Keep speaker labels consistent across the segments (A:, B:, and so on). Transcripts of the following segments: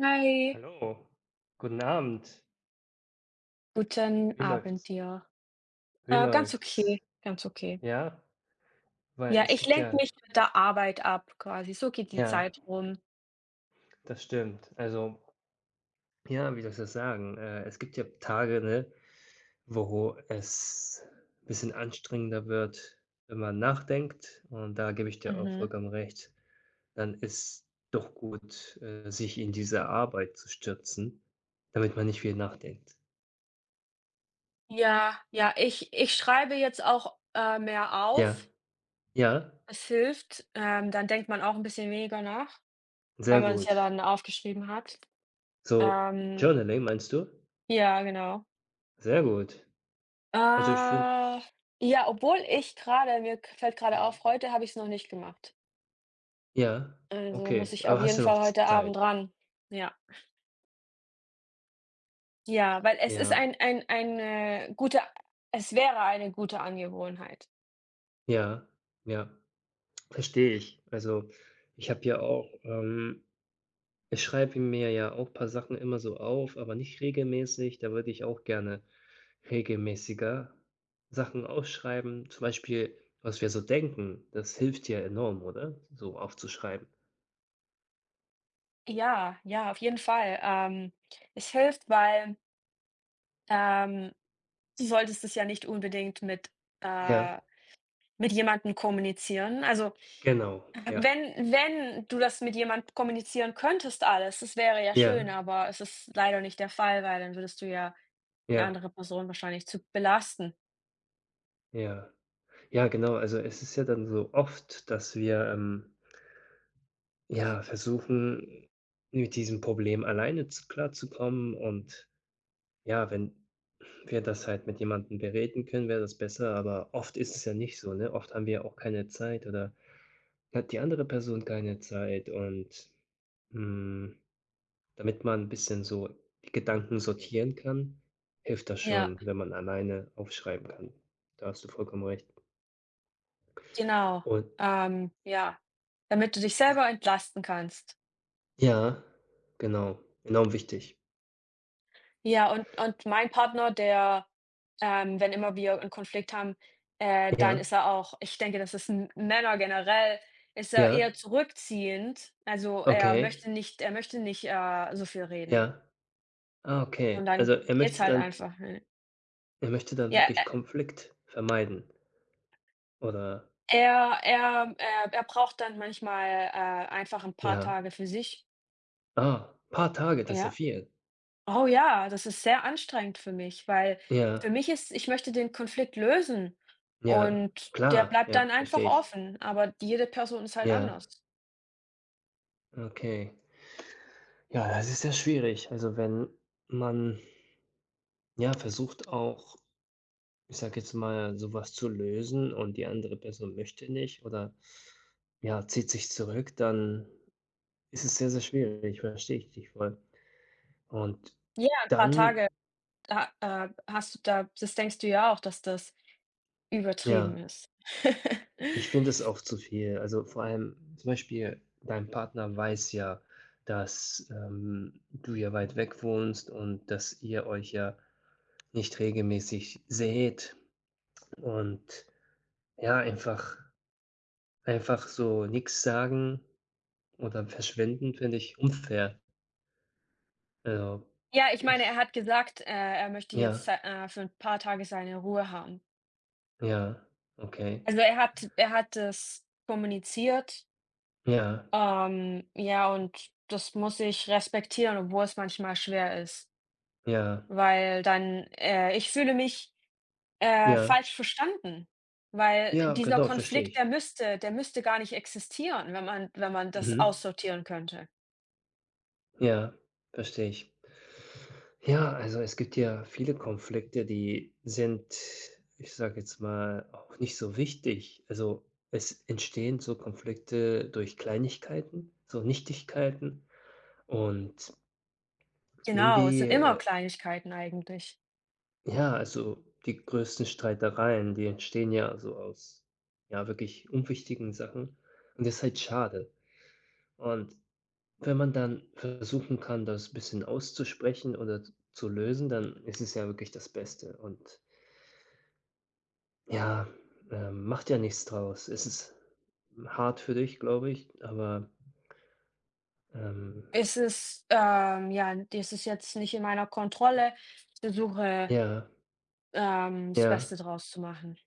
A: Hi,
B: Hallo, guten Abend.
A: guten
B: Wie
A: Abend
B: läuft's?
A: dir.
B: Wie
A: Ganz
B: läuft's?
A: okay, ganz okay.
B: Ja, weil
A: Ja,
B: es
A: ich
B: gibt
A: lenke
B: ja.
A: mich mit der Arbeit ab quasi. So geht die
B: Ja,
A: Zeit rum.
B: das stimmt. Also, ja, wie soll ich das sagen? Es gibt ja Tage, ne, wo es ein bisschen anstrengender wird, wenn man nachdenkt, und da gebe ich dir auch
A: Mhm.
B: vollkommen recht. Dann ist doch gut, sich in diese Arbeit zu stürzen, damit man nicht viel nachdenkt.
A: Ja, ja, ich schreibe jetzt auch, mehr
B: Ja,
A: auf.
B: ja,
A: Es hilft. Dann denkt man auch ein bisschen weniger nach, weil
B: sehr
A: man es ja
B: gut.
A: dann aufgeschrieben hat.
B: So,
A: Ähm,
B: Journaling meinst du?
A: ja, genau.
B: Sehr gut.
A: Äh,
B: Also, ich finde.
A: ja, obwohl ich gerade mir k fällt gerade
B: Mhm.
A: auf, heute habe ich es noch nicht gemacht.
B: Ja,
A: Also, muss
B: okay,
A: ich auf
B: aber hast
A: jeden
B: du noch
A: Fall heute
B: Zeit?
A: Abend ran. Ja. Ja, weil
B: Ja,
A: es wäre eine gute Angewohnheit.
B: ja, ja, verstehe ich. Also, ich habe ja auch, ich schreibe mir ja auch ein paar Sachen immer so auf, aber nicht regelmäßig. Da würde ich auch gerne regelmäßiger Sachen aufschreiben, zum Beispiel, was wir so denken. Das hilft ja enorm, oder? So aufzuschreiben.
A: Ja, ja, auf jeden Fall. Es hilft, weil, ähm, du solltest es ja nicht unbedingt
B: Ja, ja,
A: äh mit jemandem kommunizieren. Also,
B: genau, ja,
A: wenn du das mit jemandem kommunizieren könntest alles, das wäre ja schön,
B: ja,
A: aber es ist leider nicht der Fall, weil dann würdest du ja die
B: ja,
A: andere Person wahrscheinlich zu belasten.
B: ja. Ja, genau, also es ist ja dann so oft, dass wir, ja, versuchen, mit diesem Problem alleine zu klarzukommen und ja, wenn wir das halt mit jemandem bereden können, wäre das besser, aber oft ist es ja nicht so, ne? Oft haben wir ja auch keine Zeit oder hat die andere Person keine Zeit und hm, damit man ein bisschen so die Gedanken sortieren kann, hilft das
A: Ja,
B: schon, wenn man alleine aufschreiben kann. Da hast du vollkommen recht.
A: genau.
B: Und
A: Ja, damit du dich selber entlasten kannst.
B: ja, genau, enorm wichtig.
A: Ja, und mein Partner, der wenn immer wir einen Konflikt haben, dann
B: Ja,
A: ist er auch ich denke, das ist M Männer generell ist er eher
B: ja,
A: zurückziehend. Also, er
B: okay,
A: möchte nicht er möchte nicht, äh, so viel reden.
B: ja. Ah,
A: Und
B: okay.
A: dann
B: Also, er
A: geht's
B: möchte
A: halt
B: dann
A: einfach, ne?
B: er möchte dann
A: Ja,
B: wirklich
A: e
B: Konflikt vermeiden oder.
A: er er er er braucht dann manchmal, einfach ein paar
B: Ja.
A: Tage für sich,
B: Ah, paar Tage, das ist ja
A: ja.
B: viel.
A: Oh ja, das ist sehr anstrengend für mich, weil für
B: Ja,
A: mich ist ich möchte den Konflikt lösen
B: ja,
A: und der
B: klar,
A: bleibt dann
B: ja,
A: einfach
B: verstehe ich.
A: offen, aber die jede Person ist halt anders.
B: Ja, okay. Ja, das ist ja schwierig. Also, wenn man, ja, versucht auch, ich sage jetzt mal, sowas zu lösen und die andere Person möchte nicht oder, ja, zieht sich zurück, dann ist es sehr, sehr schwierig, verstehe ich dich voll. Und
A: Ja, ein paar
B: dann.
A: Tage, da, hast du da das denkst du ja auch, dass das übertrieben
B: Ja.
A: ist.
B: Ich finde es auch zu viel. Also, vor allem zum Beispiel dein Partner weiß ja, dass, du ja weit weg wohnst und dass ihr euch ja nicht regelmäßig seht, und ja, einfach so nichts sagen oder verschwinden finde ich unfair. Also,
A: Ja, ich meine, er
B: ich.
A: hat gesagt, er möchte jetzt,
B: Ja,
A: für ein paar Tage seine Ruhe haben.
B: ja, okay.
A: Also, er hat das kommuniziert,
B: Ja,
A: ja, und das muss ich respektieren, obwohl es manchmal schwer ist.
B: ja,
A: Weil dann ich fühle mich,
B: ja,
A: falsch verstanden, weil
B: ja,
A: dieser
B: genau, verstehe
A: Konflikt, der
B: ich.
A: müsste der müsste gar nicht existieren, wenn man das
B: Mhm.
A: aussortieren könnte.
B: Ja, verstehe ich. Ja, also es gibt ja viele Konflikte, die sind, ich sage jetzt mal, auch nicht so wichtig. Also, es entstehen so Konflikte durch Kleinigkeiten, so Nichtigkeiten und
A: Genau, es
B: irgendwie,
A: sind immer Kleinigkeiten eigentlich.
B: ja, also die größten Streitereien, die entstehen ja so aus, ja, wirklich unwichtigen Sachen, und das ist halt schade. Und wenn man dann versuchen kann, das ein bisschen auszusprechen oder zu lösen, dann ist es ja wirklich das Beste. Und ja, macht ja nichts draus. Es ist hart für dich, glaube ich, aber, ähm
A: Ja, das ist jetzt nicht in meiner Kontrolle. Ich versuche,
B: ja,
A: das
B: ja,
A: Beste draus zu machen.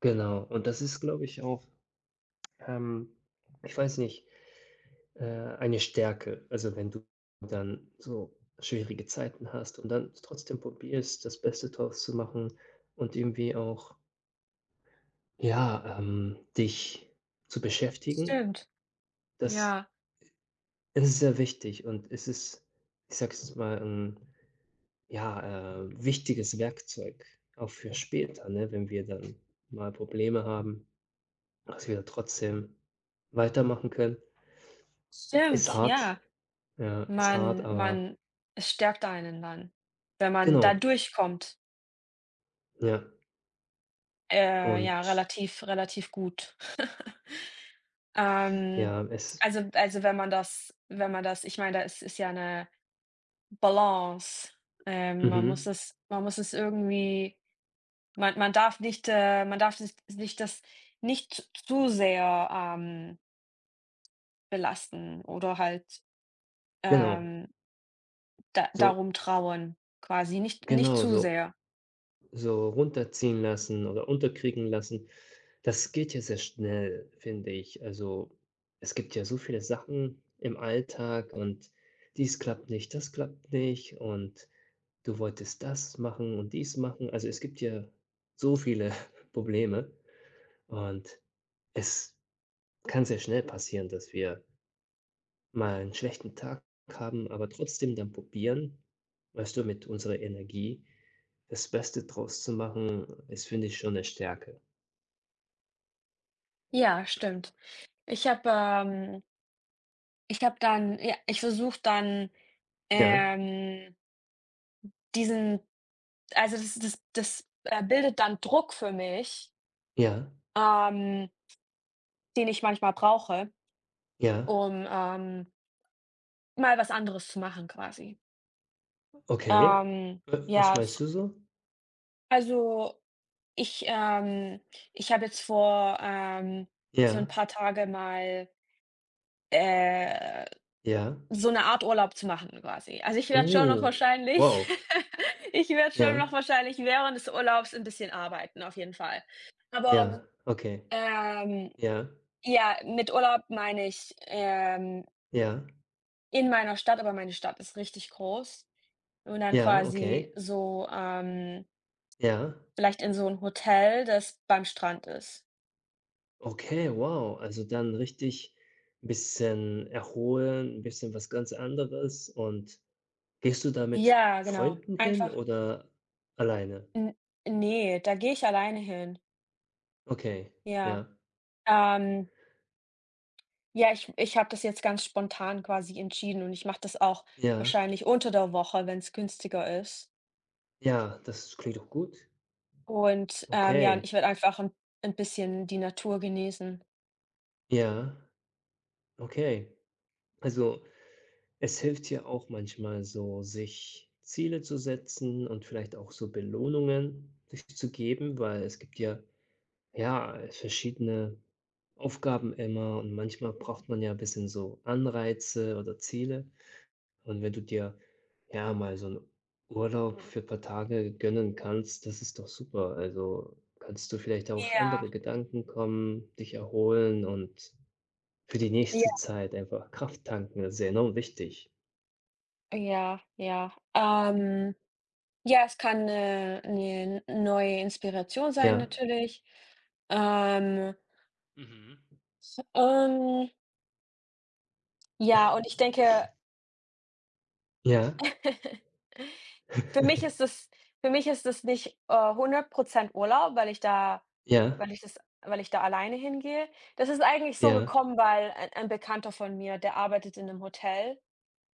B: genau. Und das ist, glaube ich, auch, ähm, ich weiß nicht, eine Stärke. Also, wenn du dann so schwierige Zeiten hast und dann trotzdem probierst, das Beste draus zu machen und irgendwie auch, ja, dich zu beschäftigen,
A: Stimmt,
B: das
A: ja.
B: ist sehr wichtig, und es ist, ich sage jetzt mal, 'n ja, wichtiges Werkzeug auch für später, ne, wenn wir dann mal Probleme haben, dass wir da trotzdem weitermachen können. Ist
A: Stimmt,
B: hart,
A: ja.
B: ja, ist hart,
A: Man
B: aber
A: man Es stärkt einen dann, wenn man da
B: genau,
A: durchkommt.
B: ja.
A: Ja,
B: Und
A: relativ relativ gut. Ähm,
B: ja, es.
A: also, wenn man das wenn man das ich meine, da ist ja eine Balance. Ähm, man muss
B: Mhm,
A: es man muss es irgendwie man darf sich nicht das nicht zu sehr, belasten oder halt,
B: genau.
A: ähm, da
B: So,
A: darum trauern quasi, nicht
B: genau
A: zu
B: so.
A: sehr.
B: So runterziehen lassen oder unterkriegen lassen. Das geht ja sehr schnell, finde ich. Also, es gibt ja so viele Sachen im Alltag, und dies klappt nicht, das klappt nicht, und du wolltest das machen und dies machen. Also, es gibt ja so viele Probleme, und es kann sehr schnell passieren, dass wir mal 'n schlechten Tag haben, aber trotzdem dann probieren, weißt du, mit unserer Energie das Beste draus zu machen, ist, finde ich, schon 'ne Stärke.
A: Ja, stimmt. Ich habe, ähm Ich habe dann ja, ich versuche dann,
B: Ja,
A: ähm Diesen also das bildet dann Druck für mich,
B: ja,
A: ähm, den ich manchmal brauche,
B: ja,
A: um, mal was anderes zu machen quasi.
B: okay. Wa was
A: Ja,
B: meinst
A: f
B: du so?
A: also ich, ähm ich habe jetzt vor, für ein
B: Ja,
A: paar Tage mal, äh,
B: ja.
A: so eine Art Urlaub zu machen quasi. Also, ich werde schon noch
B: Oh,
A: wahrscheinlich
B: wow.
A: ich werde schon noch
B: Ja,
A: wahrscheinlich während des Urlaubs ein bisschen arbeiten auf jeden Fall. Aber,
B: ja, okay.
A: ähm
B: Ja,
A: Ja, mit Urlaub meine ich,
B: ja,
A: in meiner Stadt, aber meine Stadt ist richtig groß. Und dann
B: ja,
A: quasi
B: okay.
A: so,
B: Ja,
A: vielleicht in so 'n Hotel, das beim Strand ist.
B: okay, wow. Also, dann richtig bisschen erholen, 'n bisschen was ganz anderes. Und gehst du da mit
A: Ja, genau.
B: Freunden hin
A: Einfach
B: oder alleine?
A: n ne, da gehe ich alleine hin.
B: Okay,
A: Ja.
B: ja,
A: Ähm, ja, ich habe das jetzt ganz spontan quasi entschieden und ich mache das auch
B: ja,
A: wahrscheinlich unter der Woche, wenn's günstiger ist.
B: ja, das klingt doch gut.
A: Und, ja, ich
B: Okay,
A: werde einfach 'n bisschen die Natur genießen.
B: ja, okay. Also, es hilft ja auch manchmal so, sich Ziele zu setzen und vielleicht auch so Belohnungen sich zu geben, weil es gibt ja, ja, verschiedene Aufgaben immer, und manchmal braucht man ja ein bisschen so Anreize oder Ziele. Und wenn du dir, ja, mal so einen Urlaub für ein paar Tage gönnen kannst, das ist doch super. Also, kannst du vielleicht auf andere
A: Ja.
B: Gedanken kommen, dich erholen und für die nächste Zeit einfach Kraft tanken. Das ist ja enorm wichtig.
A: Ja, ja. Ja, es kann eine neue Inspiration sein
B: Ja.
A: natürlich. Ähm,
B: Mhm.
A: ähm, ja, und ich denke
B: Ja,
A: für mich ist es für mich ist es nicht, 100% Urlaub,
B: ja,
A: weil ich da alleine hingehe. Das ist eigentlich so
B: ja.
A: gekommen, weil ein Bekannter von mir, der arbeitet in einem Hotel,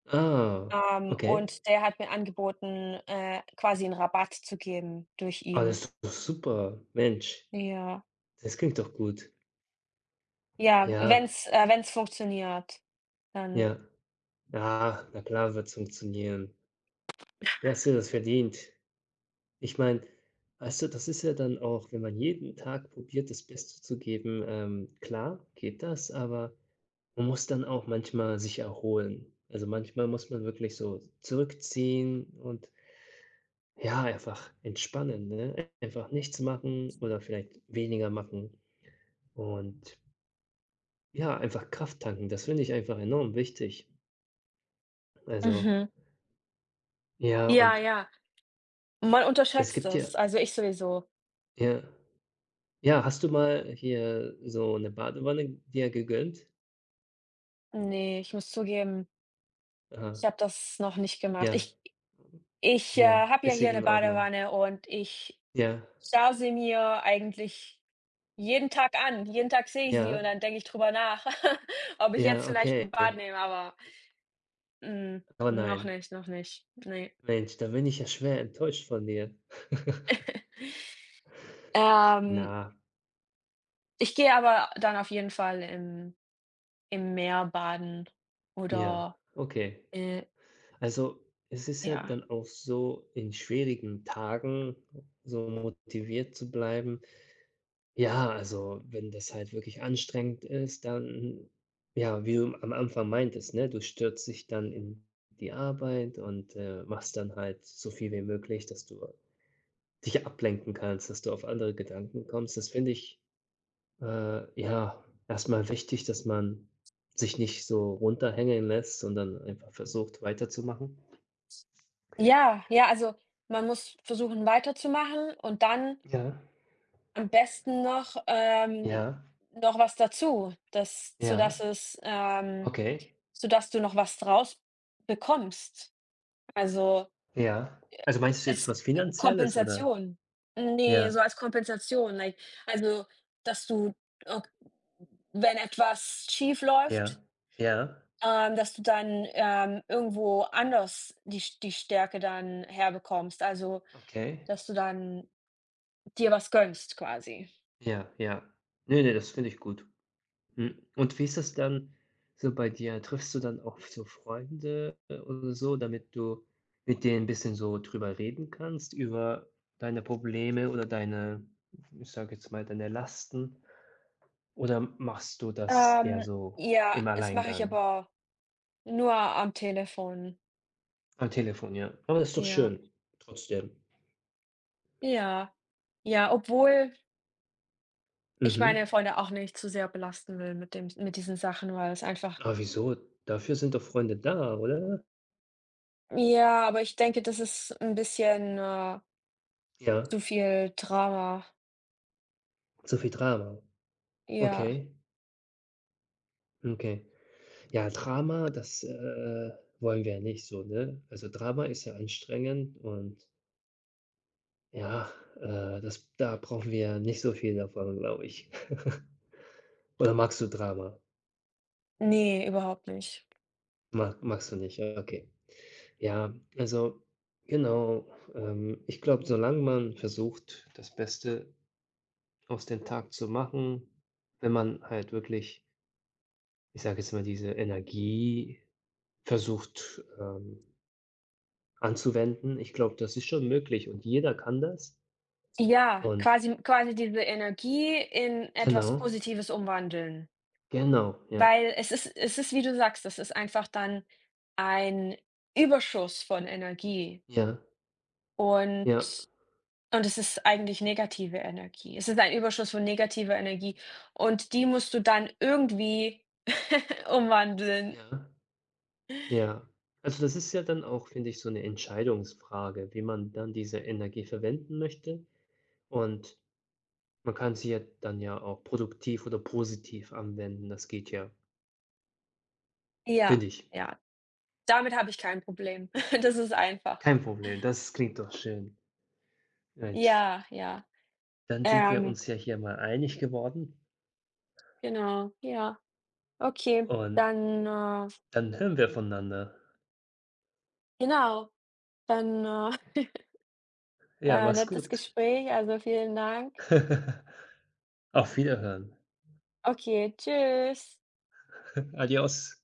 B: Ah, okay.
A: und der hat mir angeboten, quasi einen Rabatt zu geben durch
B: Ah,
A: ihn.
B: das ist doch super. Mensch,
A: Ja.
B: das klingt doch gut.
A: Ja,
B: Ja,
A: wenn's funktioniert, dann.
B: ja. Ah, na klar wird's funktionieren. Ja, hast dir das verdient. Ich meine, weißt du, das ist ja dann auch, wenn man jeden Tag probiert, das Beste zu geben, klar geht das, aber man muss dann auch manchmal sich erholen. Also, manchmal muss man wirklich so zurückziehen, und ja, einfach entspannen, ne? Einfach nichts machen oder vielleicht weniger machen, und ja, einfach Kraft tanken. Das finde ich einfach enorm wichtig. Also,
A: Mhm.
B: ja,
A: Ja,
B: und
A: ja. Man
B: es
A: unterschätzt
B: gibt ja.
A: es. Also, ich sowieso.
B: Ja, ja, hast du mal hier so eine Badewanne dir gegönnt?
A: Ne, ich muss zugeben,
B: Aha.
A: ich habe das noch nicht gemacht.
B: Ja,
A: Ich
B: ja,
A: habe ja
B: ist sie
A: hier 'ne
B: in Ordnung?
A: Badewanne und ich
B: Ja,
A: schaue sie mir eigentlich jeden Tag an. Jeden Tag sehe ich sie
B: ja,
A: und dann denke ich drüber nach, ob ich jetzt
B: ja,
A: vielleicht 'n
B: okay.
A: Bad nehme, aber,
B: Aber
A: noch
B: nein.
A: nicht, noch nicht. Ne.
B: Mensch, da bin ich ja schwer enttäuscht von dir.
A: Ähm,
B: Na,
A: Ich gehe aber dann auf jeden Fall im Meer baden
B: ja,
A: oder.
B: okay.
A: Äh,
B: Also, es ist ja
A: ja.
B: dann auch so, in schwierigen Tagen so motiviert zu bleiben. Ja, also, wenn das halt wirklich anstrengend ist, dann, ja, wie du am Anfang meintest, ne, du stürzt dich dann in die Arbeit und, machst dann halt so viel wie möglich, dass du dich ablenken kannst, dass du auf andere Gedanken kommst. Das finde ich, ja, erstmal wichtig, dass man sich nicht so runterhängen lässt, sondern einfach versucht, weiterzumachen.
A: Ja, ja, also, man muss versuchen, weiterzumachen und dann
B: Ja,
A: am besten noch,
B: ja,
A: noch was dazu, dass
B: ja, okay,
A: sodass du noch was draus bekommst. Also,
B: ja. Also, meinst du jetzt
A: als,
B: was Finanzielles, oder?
A: Kompensation. Ne, so
B: Ja,
A: als Kompensation, like also, dass du, äh, wenn etwas schiefläuft,
B: ja, ja,
A: dass du dann, irgendwo anders die Stärke dann herbekommst. Also,
B: okay,
A: dass du dann dir was gönnst quasi?
B: ja, ja. Ne, ne, das finde ich gut. Mhm. Und wie ist das dann so bei dir? Triffst du dann auch so Freunde, oder so, damit du mit denen ein bisschen so drüber reden kannst, über deine Probleme oder deine, ich sage jetzt mal, deine Lasten? Oder machst du das eher
A: Ähm,
B: so
A: ja,
B: im
A: das mache ich
B: Alleingang,
A: aber nur am Telefon.
B: am Telefon, ja? Aber das ist doch
A: Ja,
B: schön trotzdem.
A: ja, ja, obwohl ich
B: Mhm.
A: meine Freunde auch nicht zu sehr belasten will mit diesen Sachen, weil es einfach.
B: Aber wieso? Dafür sind doch Freunde da, oder?
A: Ja, aber ich denke, das ist ein bisschen,
B: Ja,
A: zu viel Drama.
B: so viel Drama.
A: Ja,
B: Okay, okay. Ja, Drama, das, wollen wir ja nicht so, ne? Also, Drama ist ja anstrengend, und ja, das, da brauchen wir nicht so viel davon, glaube ich. Oder magst du Drama?
A: ne, überhaupt nicht.
B: Magst du nicht, ja, okay. Ja, also genau, ich glaube, solange man versucht, das Beste aus dem Tag zu machen, wenn man halt wirklich, ich sage jetzt mal, diese Energie versucht, anzuwenden, ich glaube, das ist schon möglich, und jeder kann das.
A: Ja,
B: Und
A: quasi diese Energie in etwas
B: genau,
A: Positives umwandeln.
B: genau, ja,
A: Weil es ist, wie du sagst, das ist einfach dann ein Überschuss von Energie
B: ja, ja,
A: und und es ist eigentlich negative Energie. Es ist ein Überschuss von negativer Energie und die musst du dann irgendwie umwandeln.
B: ja, ja. Also, das ist ja dann auch, finde ich, so eine Entscheidungsfrage, wie man dann diese Energie verwenden möchte. Und man kann sie ja dann ja auch produktiv oder positiv anwenden. Das geht ja,
A: Ja,
B: finde ich.
A: ja. Damit habe ich kein Problem. Das ist einfach.
B: Kein Problem, das klingt doch schön. Mensch,
A: Ja, ja.
B: dann sind wir
A: Ähm,
B: uns ja hier mal einig geworden,
A: genau, ja. Okay,
B: und
A: dann,
B: dann hören wir voneinander.
A: genau, dann,
B: Ja,
A: war
B: mach's
A: nettes
B: gut.
A: Gespräch, also vielen Dank.
B: Auf Wiederhören.
A: Okay, tschüss.
B: Adios.